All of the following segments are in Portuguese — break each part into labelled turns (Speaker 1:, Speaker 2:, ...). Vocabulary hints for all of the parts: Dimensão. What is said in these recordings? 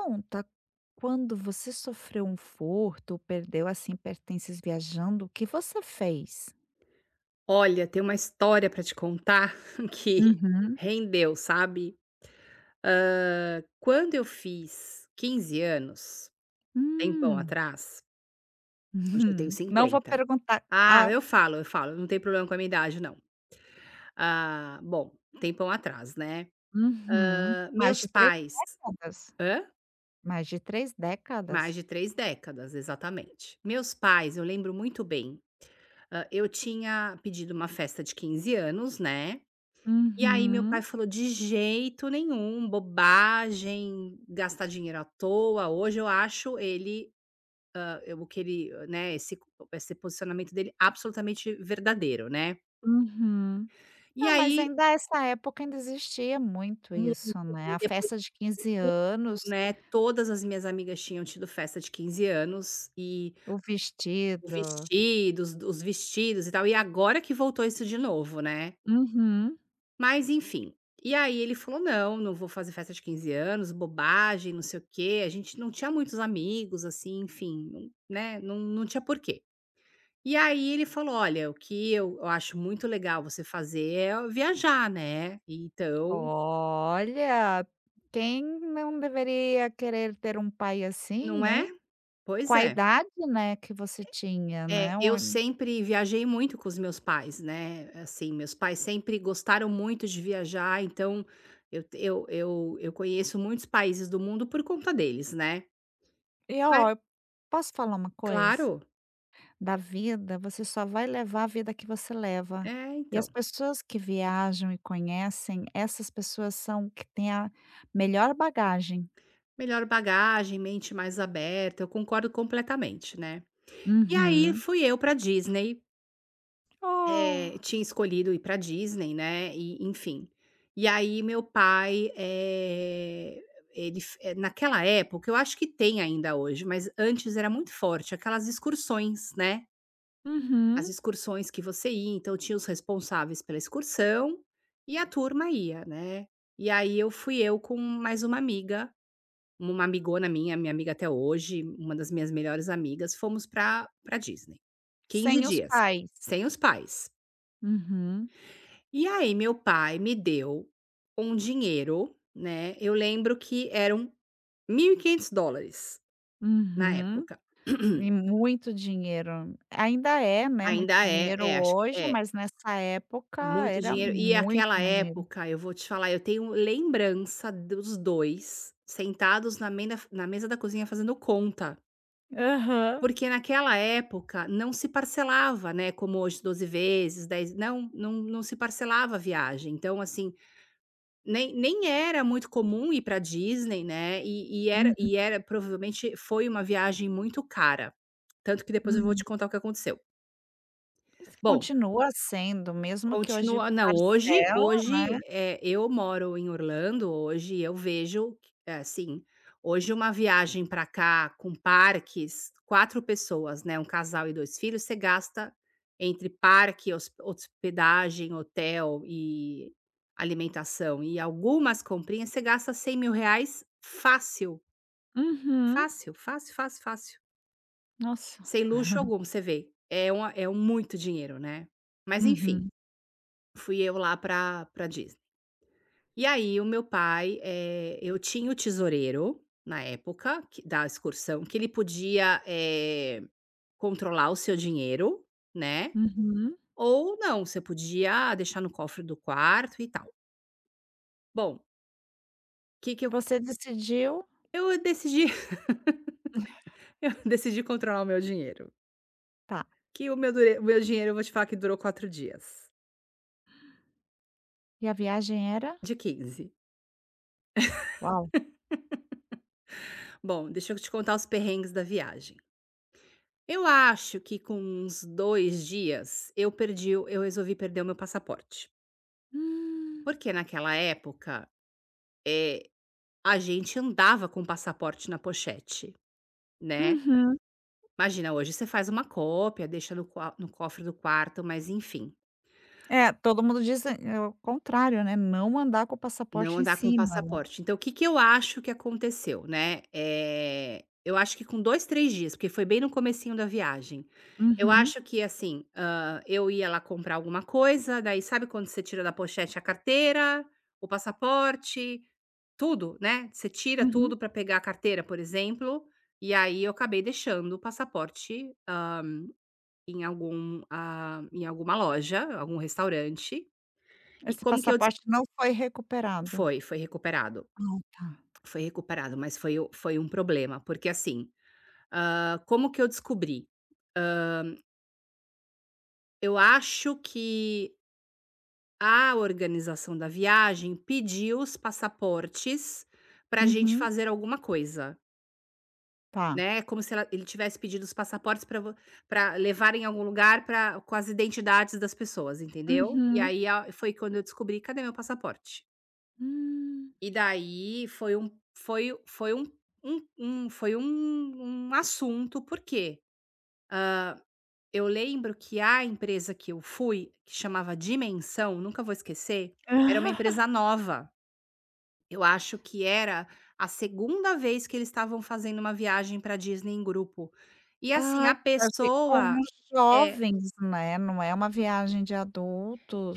Speaker 1: Conta quando você sofreu um furto ou perdeu, assim, pertences viajando, o que você fez?
Speaker 2: Olha, tem uma história para te contar que
Speaker 1: Uhum.
Speaker 2: rendeu, sabe. Quando eu fiz 15 anos, tempão
Speaker 1: Hum.
Speaker 2: atrás, hoje eu tenho
Speaker 1: Uhum. Não vou
Speaker 2: 50.
Speaker 1: perguntar,
Speaker 2: Ah,
Speaker 1: há,
Speaker 2: eu falo, não tem problema com a minha idade não. Ah, bom, tempão atrás, né.
Speaker 1: uhum, mais
Speaker 2: Meus
Speaker 1: de três
Speaker 2: pais
Speaker 1: décadas.
Speaker 2: hã?
Speaker 1: Mais de 3
Speaker 2: Mais
Speaker 1: décadas?
Speaker 2: de 3 décadas, exatamente. Meus pais, eu lembro muito bem, eu tinha pedido uma festa de 15 anos, né. E aí meu pai
Speaker 1: Uhum,
Speaker 2: falou: "De jeito nenhum, bobagem, gastar dinheiro à toa". Hoje eu acho ele, eu o que ele, né, esse posicionamento dele absolutamente verdadeiro, né.
Speaker 1: uhum.
Speaker 2: E
Speaker 1: Ah, mas
Speaker 2: aí,
Speaker 1: ainda essa época ainda existia muito
Speaker 2: mu
Speaker 1: isso, né, a
Speaker 2: depois
Speaker 1: festa de 15
Speaker 2: muito,
Speaker 1: anos,
Speaker 2: né, todas as minhas amigas tinham tido festa de 15 anos e
Speaker 1: o
Speaker 2: o
Speaker 1: vestido.
Speaker 2: vestido, os vestidos e tal, e agora que voltou isso de novo, né.
Speaker 1: Uhum.
Speaker 2: Mas enfim. E aí ele falou: "Não, não vou fazer festa de 15 anos, bobagem, não sei o quê". A gente não tinha muitos amigos, assim, enfim, não né, não tinha porquê. E aí ele falou: "Olha, o que eu acho muito legal você fazer é viajar, né, então"
Speaker 1: Olha, quem não deveria querer ter um pai
Speaker 2: não
Speaker 1: assim,
Speaker 2: é?
Speaker 1: hein? Com
Speaker 2: Pois
Speaker 1: a
Speaker 2: é.
Speaker 1: idade, né, que você tinha,
Speaker 2: É,
Speaker 1: né?
Speaker 2: eu sempre viajei muito com os meus pais, né, assim, meus pais sempre gostaram muito de viajar, então eu conheço muitos países do mundo por conta deles, né.
Speaker 1: E
Speaker 2: Mas
Speaker 1: ó, eu posso falar uma coisa?
Speaker 2: claro.
Speaker 1: Da vida, você só vai levar a vida que você leva.
Speaker 2: É,
Speaker 1: E
Speaker 2: então.
Speaker 1: as pessoas que viajam e conhecem, essas pessoas são que têm a melhor bagagem.
Speaker 2: Melhor bagagem, mente mais aberta, eu concordo completamente, né. E aí
Speaker 1: Uhum.
Speaker 2: fui eu pra Disney,
Speaker 1: Oh,
Speaker 2: tinha escolhido ir pra Disney, né, e enfim. E aí meu pai, naquela época, eu acho que tem ainda hoje, mas antes era muito forte, aquelas excursões, né, as
Speaker 1: uhum.
Speaker 2: excursões que você ia, então tinha os responsáveis pela excursão e a turma ia, né. E aí eu fui eu com mais uma amiga, uma amigona minha, minha amiga até hoje, uma das minhas melhores amigas, fomos pra Disney.
Speaker 1: Sem
Speaker 2: quinze
Speaker 1: os
Speaker 2: dias,
Speaker 1: pais.
Speaker 2: sem os pais.
Speaker 1: Uhum.
Speaker 2: E aí meu pai me deu um dinheiro, né, eu lembro que eram US$ 1.500 na
Speaker 1: Uhum.
Speaker 2: época.
Speaker 1: E muito dinheiro. Ainda é, né,
Speaker 2: Ainda
Speaker 1: muito
Speaker 2: é
Speaker 1: dinheiro
Speaker 2: é, acho que
Speaker 1: hoje,
Speaker 2: é,
Speaker 1: mas nessa época
Speaker 2: muito
Speaker 1: era
Speaker 2: dinheiro. E
Speaker 1: muito
Speaker 2: aquela
Speaker 1: mais dinheiro.
Speaker 2: época, eu vou te falar, eu tenho lembrança dos 2 sentados na mesa da cozinha fazendo conta.
Speaker 1: Aham.
Speaker 2: Porque naquela época não se parcelava, né, como hoje 12 vezes, 10, não, não se parcelava a viagem, então assim, nem era muito comum ir para Disney, né, e era
Speaker 1: Uhum,
Speaker 2: e era provavelmente foi uma viagem muito cara, tanto que depois eu vou te
Speaker 1: uhum.
Speaker 2: contar o que aconteceu.
Speaker 1: Isso
Speaker 2: Bom,
Speaker 1: continua sendo, mesmo que hoje
Speaker 2: continua não, hoje
Speaker 1: parcela,
Speaker 2: hoje,
Speaker 1: né.
Speaker 2: eu moro em Orlando, hoje eu vejo que é assim, hoje uma viagem para cá com parques, 4 pessoas, né, um casal e 2 filhos, você gasta entre parque, hospedagem, hotel e alimentação e algumas comprinhas, você gasta R$ 100.000 fácil,
Speaker 1: Uhum.
Speaker 2: fácil, fácil, fácil, fácil,
Speaker 1: Nossa.
Speaker 2: sem luxo algum, você vê, é um muito dinheiro, né. Mas enfim,
Speaker 1: Uhum,
Speaker 2: fui eu lá para Disney. E aí o meu pai, eu tinha o tesoureiro na época que da excursão que ele podia, controlar o seu dinheiro, né,
Speaker 1: uhum.
Speaker 2: ou não, você podia deixar no cofre do quarto e tal. Bom, o que que eu
Speaker 1: Você decidiu,
Speaker 2: eu decidi eu decidi controlar o meu dinheiro,
Speaker 1: tá.
Speaker 2: que o meu dinheiro eu vou te falar que durou 4 dias,
Speaker 1: E a viagem era?
Speaker 2: de 15.
Speaker 1: Uau.
Speaker 2: Bom, deixa eu te contar os perrengues da viagem. Eu acho que com uns 2 dias eu resolvi perder o meu passaporte.
Speaker 1: Hum.
Speaker 2: Porque naquela época, a gente andava com o passaporte na pochete, né.
Speaker 1: Uhum.
Speaker 2: Imagina, hoje você faz uma cópia, deixa no cofre do quarto, mas enfim.
Speaker 1: É, todo mundo diz, o contrário, né, não andar com o
Speaker 2: Não
Speaker 1: passaporte em
Speaker 2: andar com
Speaker 1: cima, né.
Speaker 2: passaporte. Então, o que que eu acho que aconteceu, né, eu acho que com 2, 3 dias, porque foi bem no comecinho da viagem, eu
Speaker 1: Uhum,
Speaker 2: acho que, assim, eu ia lá comprar alguma coisa, daí sabe quando você tira da pochete a carteira, o passaporte, tudo, né, você tira
Speaker 1: uhum.
Speaker 2: tudo para pegar a carteira, por exemplo, e aí eu acabei deixando o passaporte, em algum, em alguma loja, algum restaurante. E
Speaker 1: Esse
Speaker 2: como que eu des
Speaker 1: passaporte não foi recuperado.
Speaker 2: Foi recuperado.
Speaker 1: Ah, tá.
Speaker 2: Foi recuperado, mas foi um problema, porque assim, como que eu descobri? Ah, eu acho que a organização da viagem pediu os passaportes pra gente
Speaker 1: Uhum.
Speaker 2: fazer alguma coisa,
Speaker 1: Tá.
Speaker 2: né. É como se ela ele tivesse pedido os passaportes para vo levar em algum lugar pra com as identidades das pessoas, entendeu. E
Speaker 1: Uhum.
Speaker 2: aí a foi quando eu descobri: "Cadê meu passaporte?".
Speaker 1: Hum.
Speaker 2: E daí foi um assunto, porque eu lembro que a empresa que eu fui, que chamava Dimensão, nunca vou esquecer, era uma empresa nova. Eu acho que era a segunda vez que eles estavam fazendo uma viagem para Disney em grupo. E assim,
Speaker 1: Ai,
Speaker 2: a
Speaker 1: viajei com
Speaker 2: pessoa
Speaker 1: os
Speaker 2: é,
Speaker 1: jovens, né, não é uma viagem de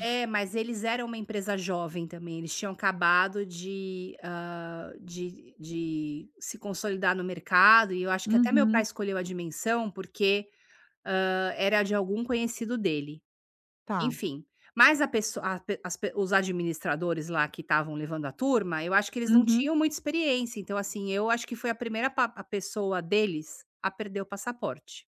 Speaker 2: mas eles eram uma empresa jovem também. Eles tinham acabado de, de se consolidar no mercado. E eu acho que até meu pai
Speaker 1: Uhum.
Speaker 2: escolheu a dimensão porque era de algum conhecido dele.
Speaker 1: Tá.
Speaker 2: Enfim, mas a pesso a pe as pe os administradores lá que estavam levando a turma, eu acho que eles não
Speaker 1: Uhum.
Speaker 2: tinham muita experiência, então, assim, eu acho que foi a primeira pa a pessoa deles a perder o passaporte.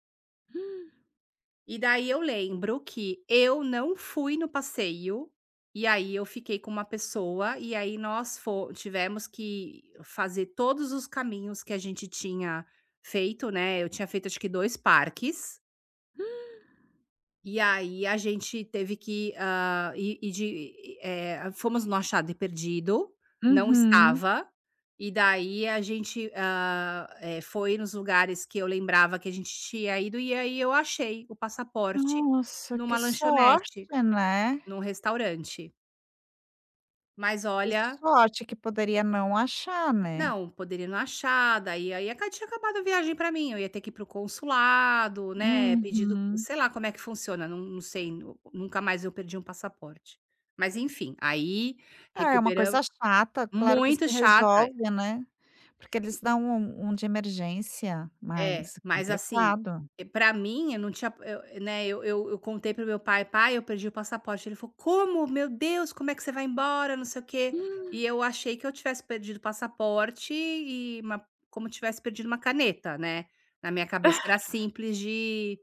Speaker 2: E daí eu lembro que eu não fui no passeio, e aí eu fiquei com uma pessoa, e aí nós fo tivemos que fazer todos os caminhos que a gente tinha feito, né, eu tinha feito acho que 2 parques. E aí a gente teve que, fomos no achado e perdido, não
Speaker 1: Uhum.
Speaker 2: estava, e daí a gente, foi nos lugares que eu lembrava que a gente tinha ido, e aí eu achei o passaporte
Speaker 1: Nossa,
Speaker 2: numa
Speaker 1: que sorte,
Speaker 2: lanchonete,
Speaker 1: né.
Speaker 2: num restaurante. Mas
Speaker 1: Que
Speaker 2: olha,
Speaker 1: sorte que poderia não achar, né.
Speaker 2: não, poderia não achar. Daí aí aca tinha acabado a viagem pra mim, eu ia ter que ir para o consulado, né, pedir
Speaker 1: Uhum.
Speaker 2: sei lá como é que funciona, não sei, nu nunca mais eu perdi um passaporte. Mas enfim, aí
Speaker 1: Ah, é uma
Speaker 2: recuperamos.
Speaker 1: coisa chata, claro que
Speaker 2: Muito
Speaker 1: se
Speaker 2: chata.
Speaker 1: resolve, né, porque eles dão um de emergência,
Speaker 2: É,
Speaker 1: mas
Speaker 2: mas assim,
Speaker 1: complicado.
Speaker 2: pra mim eu não tinha eu, né, eu contei para meu pai: "Pai, eu perdi o passaporte". Ele falou: "Como? Meu Deus, como é que você vai embora, não sei o quê".
Speaker 1: Hum.
Speaker 2: E eu achei que eu tivesse perdido o passaporte e uma como tivesse perdido uma caneta, né. Na minha cabeça era simples de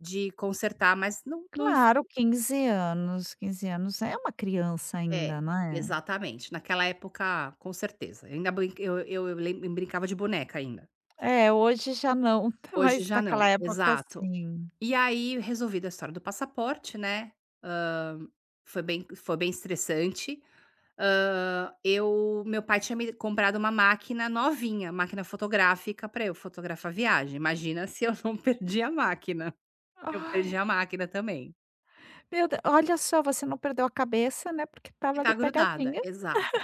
Speaker 2: de consertar, mas não
Speaker 1: Claro, 15 anos, 15 anos é uma criança
Speaker 2: é,
Speaker 1: ainda, né.
Speaker 2: exatamente. Naquela época, com certeza. Ainda brin eu lem brincava de boneca ainda.
Speaker 1: É, hoje já não,
Speaker 2: Hoje
Speaker 1: mas
Speaker 2: já não.
Speaker 1: naquela época
Speaker 2: Exato.
Speaker 1: sim.
Speaker 2: E aí, resolvido a história do passaporte, né, hã, foi bem estressante. Hã, eu meu pai tinha me comprado uma máquina novinha, máquina fotográfica para eu fotografar a viagem, imagina se eu não perdi a máquina, eu perdi
Speaker 1: Ai,
Speaker 2: a máquina também,
Speaker 1: meu Deu olha só, você não perdeu a cabeça, né, porque
Speaker 2: que
Speaker 1: tava
Speaker 2: tá
Speaker 1: ali
Speaker 2: grudada,
Speaker 1: pegadinha.
Speaker 2: exato.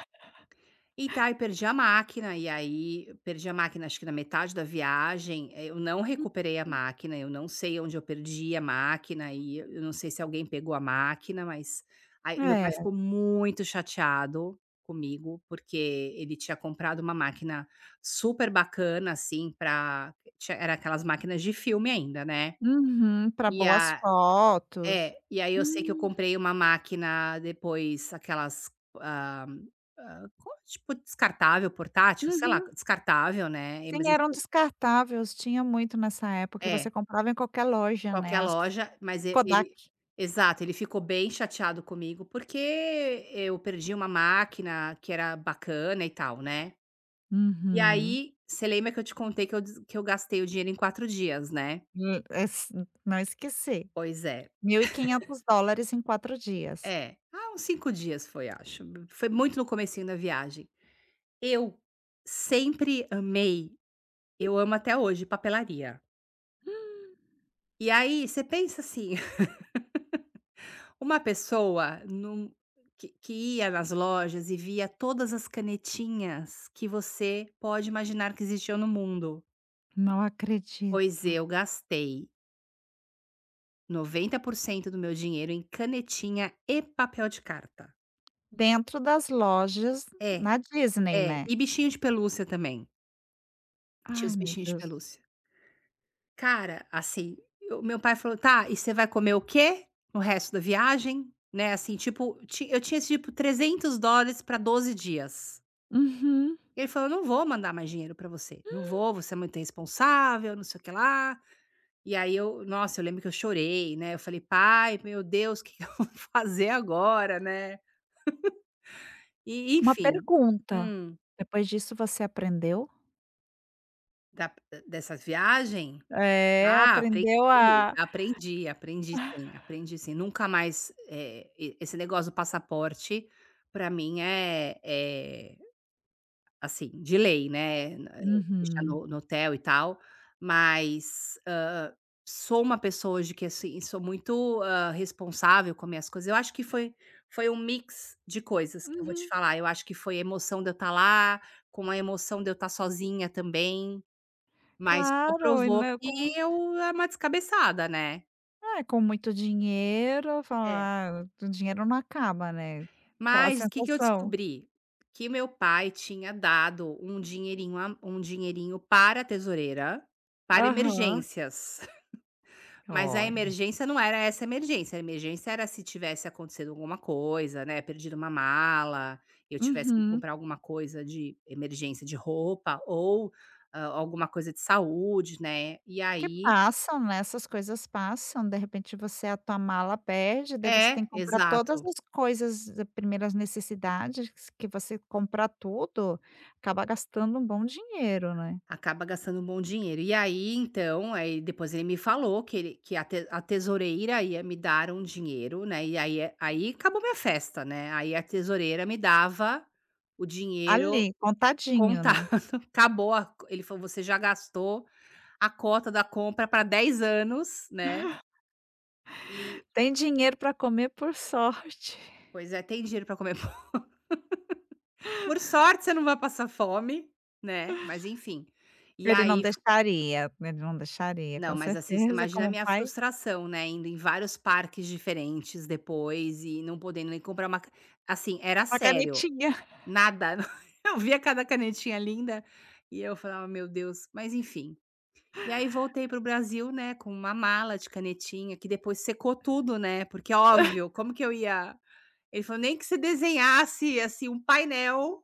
Speaker 2: Então, aí perdi a máquina, e aí eu perdi a máquina acho que na metade da viagem, eu não recuperei a máquina, eu não sei onde eu perdi a máquina e eu não sei se alguém pegou a máquina, mas aí meu pai
Speaker 1: É.
Speaker 2: ficou muito chateado comigo, porque ele tinha comprado uma máquina super bacana, assim, pra tinha era aquelas máquinas de filme ainda, né.
Speaker 1: Uhum, para
Speaker 2: E
Speaker 1: boas
Speaker 2: a
Speaker 1: fotos.
Speaker 2: É, e aí eu sei que eu
Speaker 1: Hum,
Speaker 2: comprei uma máquina depois, aquelas, ah ah, co tipo descartável, portátil, sei lá,
Speaker 1: uhum.
Speaker 2: descartável, né, e mas
Speaker 1: Sim,
Speaker 2: ele
Speaker 1: eram
Speaker 2: ficou
Speaker 1: descartáveis, tinha muito nessa época, e você
Speaker 2: é,
Speaker 1: comprava em qualquer loja, né,
Speaker 2: qualquer
Speaker 1: as
Speaker 2: loja, mas e
Speaker 1: Kodak.
Speaker 2: ele exato, ele ficou bem chateado comigo, porque eu perdi uma máquina que era bacana e tal, né. E
Speaker 1: Uhum.
Speaker 2: aí, você lembra que eu te contei que eu gastei o dinheiro em 4 dias, né.
Speaker 1: Es não esqueci,
Speaker 2: Pois é.
Speaker 1: 1.500 dólares em 4 dias.
Speaker 2: É. Ah, uns 5 dias foi, acho. Foi muito no comecinho da viagem. Eu sempre amei, eu amo até hoje, papelaria. E aí você pensa assim, uma pessoa num que ia nas lojas e via todas as canetinhas que você pode imaginar que existiam no mundo.
Speaker 1: Não acredito.
Speaker 2: Pois eu gastei 90% do meu dinheiro em canetinha e papel de carta.
Speaker 1: Dentro das lojas
Speaker 2: É,
Speaker 1: na Disney,
Speaker 2: é,
Speaker 1: né.
Speaker 2: e bichinho de pelúcia também, tinha
Speaker 1: Ai,
Speaker 2: os
Speaker 1: meu
Speaker 2: bichinhos de
Speaker 1: Deus.
Speaker 2: pelúcia. Cara, assim, o meu pai falou: "Tá, e você vai comer o quê no resto da viagem?", né, assim, tipo, ti eu tinha, tipo, US$ 300 para 12 dias.
Speaker 1: Uhum.
Speaker 2: Ele falou: "não vou mandar mais dinheiro para você, não vou, você é muito responsável, não sei o que lá". E aí eu nossa, eu lembro que eu chorei, né, eu falei: "Pai, meu Deus, o que que eu vou fazer agora?", né. E,
Speaker 1: Uma
Speaker 2: enfim
Speaker 1: pergunta,
Speaker 2: hum,
Speaker 1: depois disso você aprendeu?
Speaker 2: da dessa viagem?
Speaker 1: É,
Speaker 2: Ah, aprendi,
Speaker 1: aprendeu a
Speaker 2: aprendi, aprendi sim, aprendi sim. Nunca mais, e esse negócio do passaporte, para mim é, assim, de lei, né, deixar
Speaker 1: uhum,
Speaker 2: no hotel e tal, mas, sou uma pessoa hoje que, assim, sou muito, responsável com as minhas coisas. Eu acho que foi um mix de coisas que eu vou te
Speaker 1: uhum,
Speaker 2: falar. Eu acho que foi a emoção de eu estar lá, com a emoção de eu estar sozinha também. Mas só
Speaker 1: claro, e
Speaker 2: provou
Speaker 1: não
Speaker 2: que
Speaker 1: com
Speaker 2: eu era uma descabeçada, né.
Speaker 1: é, com muito dinheiro,
Speaker 2: É.
Speaker 1: falar: "Ah, o dinheiro não acaba, né". Aquela
Speaker 2: Mas que eu
Speaker 1: sensação.
Speaker 2: descobri? Que meu pai tinha dado um dinheirinho para a tesoureira, para
Speaker 1: Aham.
Speaker 2: emergências, mas a
Speaker 1: Olha.
Speaker 2: emergência não era essa emergência, a emergência era se tivesse acontecido alguma coisa, né, perdido uma mala, eu tivesse que
Speaker 1: Uhum.
Speaker 2: comprar alguma coisa de emergência de roupa ou, alguma coisa de saúde, né, e
Speaker 1: Que
Speaker 2: aí
Speaker 1: passam, né, essas coisas passam, de repente você a tua mala perde, daí você tem
Speaker 2: é,
Speaker 1: que comprar todas
Speaker 2: exato.
Speaker 1: as coisas de primeiras necessidades, que você comprar tudo, acaba gastando um bom dinheiro, né.
Speaker 2: Acaba gastando um bom dinheiro. E aí, então, aí depois ele me falou que ele que a te a tesoureira ia me dar um dinheiro, né, e aí acabou minha festa, né, aí a tesoureira me dava o dinheiro
Speaker 1: Ali, contadinho, né.
Speaker 2: contar acabou a ele falou: "Você já gastou a cota da compra para 10 anos, né, e".
Speaker 1: Tem dinheiro para comer por sorte.
Speaker 2: Pois é, tem dinheiro para comer por sorte você não vai passar fome, né, mas enfim. E aí
Speaker 1: Ele não deixaria,
Speaker 2: não,
Speaker 1: com
Speaker 2: mas assim, você
Speaker 1: certeza,
Speaker 2: imagina a
Speaker 1: como
Speaker 2: minha
Speaker 1: pai
Speaker 2: frustração, né, indo em vários parques diferentes depois e não podendo nem comprar uma ca assim, era
Speaker 1: a
Speaker 2: sério,
Speaker 1: canetinha.
Speaker 2: nada. Eu via cada canetinha linda e eu falava: "Meu Deus", mas enfim. E aí voltei para o Brasil, né, com uma mala de canetinha que depois secou tudo, né, porque é óbvio, como que eu ia. Ele falou: "Nem que você desenhasse, assim, um painel,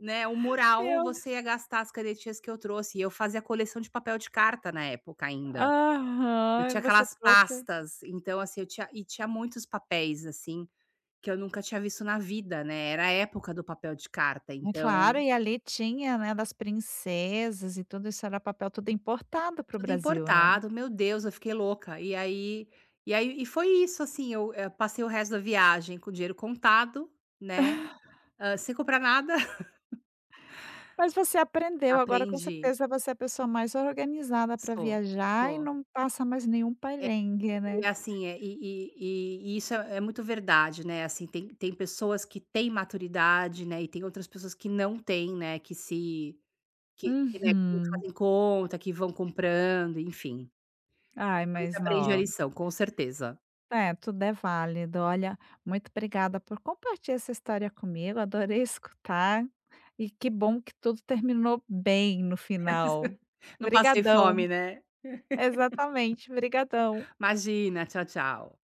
Speaker 2: né, um mural,
Speaker 1: Eu
Speaker 2: você ia gastar as canetinhas que eu trouxe", e eu fazia coleção de papel de carta na época ainda. Eu
Speaker 1: aham. E
Speaker 2: tinha
Speaker 1: você
Speaker 2: aquelas
Speaker 1: trouxe
Speaker 2: pastas, então, assim, eu tinha muitos papéis, assim, que eu nunca tinha visto na vida, né, era a época do papel de carta,
Speaker 1: é
Speaker 2: então,
Speaker 1: claro, e ali tinha, né, das princesas e tudo isso era papel tudo importado para o
Speaker 2: tudo
Speaker 1: Brasil, né.
Speaker 2: importado, meu Deus, eu fiquei louca. E aí foi isso, assim, eu, passei o resto da viagem com o dinheiro contado, né, sem comprar nada.
Speaker 1: Mas você aprendeu, agora com
Speaker 2: Aprendi.
Speaker 1: certeza você é a pessoa mais organizada para
Speaker 2: Sou,
Speaker 1: viajar e
Speaker 2: sou.
Speaker 1: não passa mais nenhum perrengue,
Speaker 2: E,
Speaker 1: né.
Speaker 2: assim, e isso é muito verdade, né, assim, tem pessoas que têm maturidade, né, e tem outras pessoas que não têm, né, que se que, né, que
Speaker 1: Uhum.
Speaker 2: fazem conta, que vão comprando, enfim.
Speaker 1: Ai,
Speaker 2: Mas
Speaker 1: mas
Speaker 2: aprende a
Speaker 1: nó
Speaker 2: lição, com certeza.
Speaker 1: é, tudo é válido. Olha, muito obrigada por compartilhar essa história comigo. Adorei escutar. E que bom que tudo terminou bem no final.
Speaker 2: Não passei fome,
Speaker 1: Obrigadão.
Speaker 2: né.
Speaker 1: Exatamente, obrigadão.
Speaker 2: Imagina, tchau, tchau.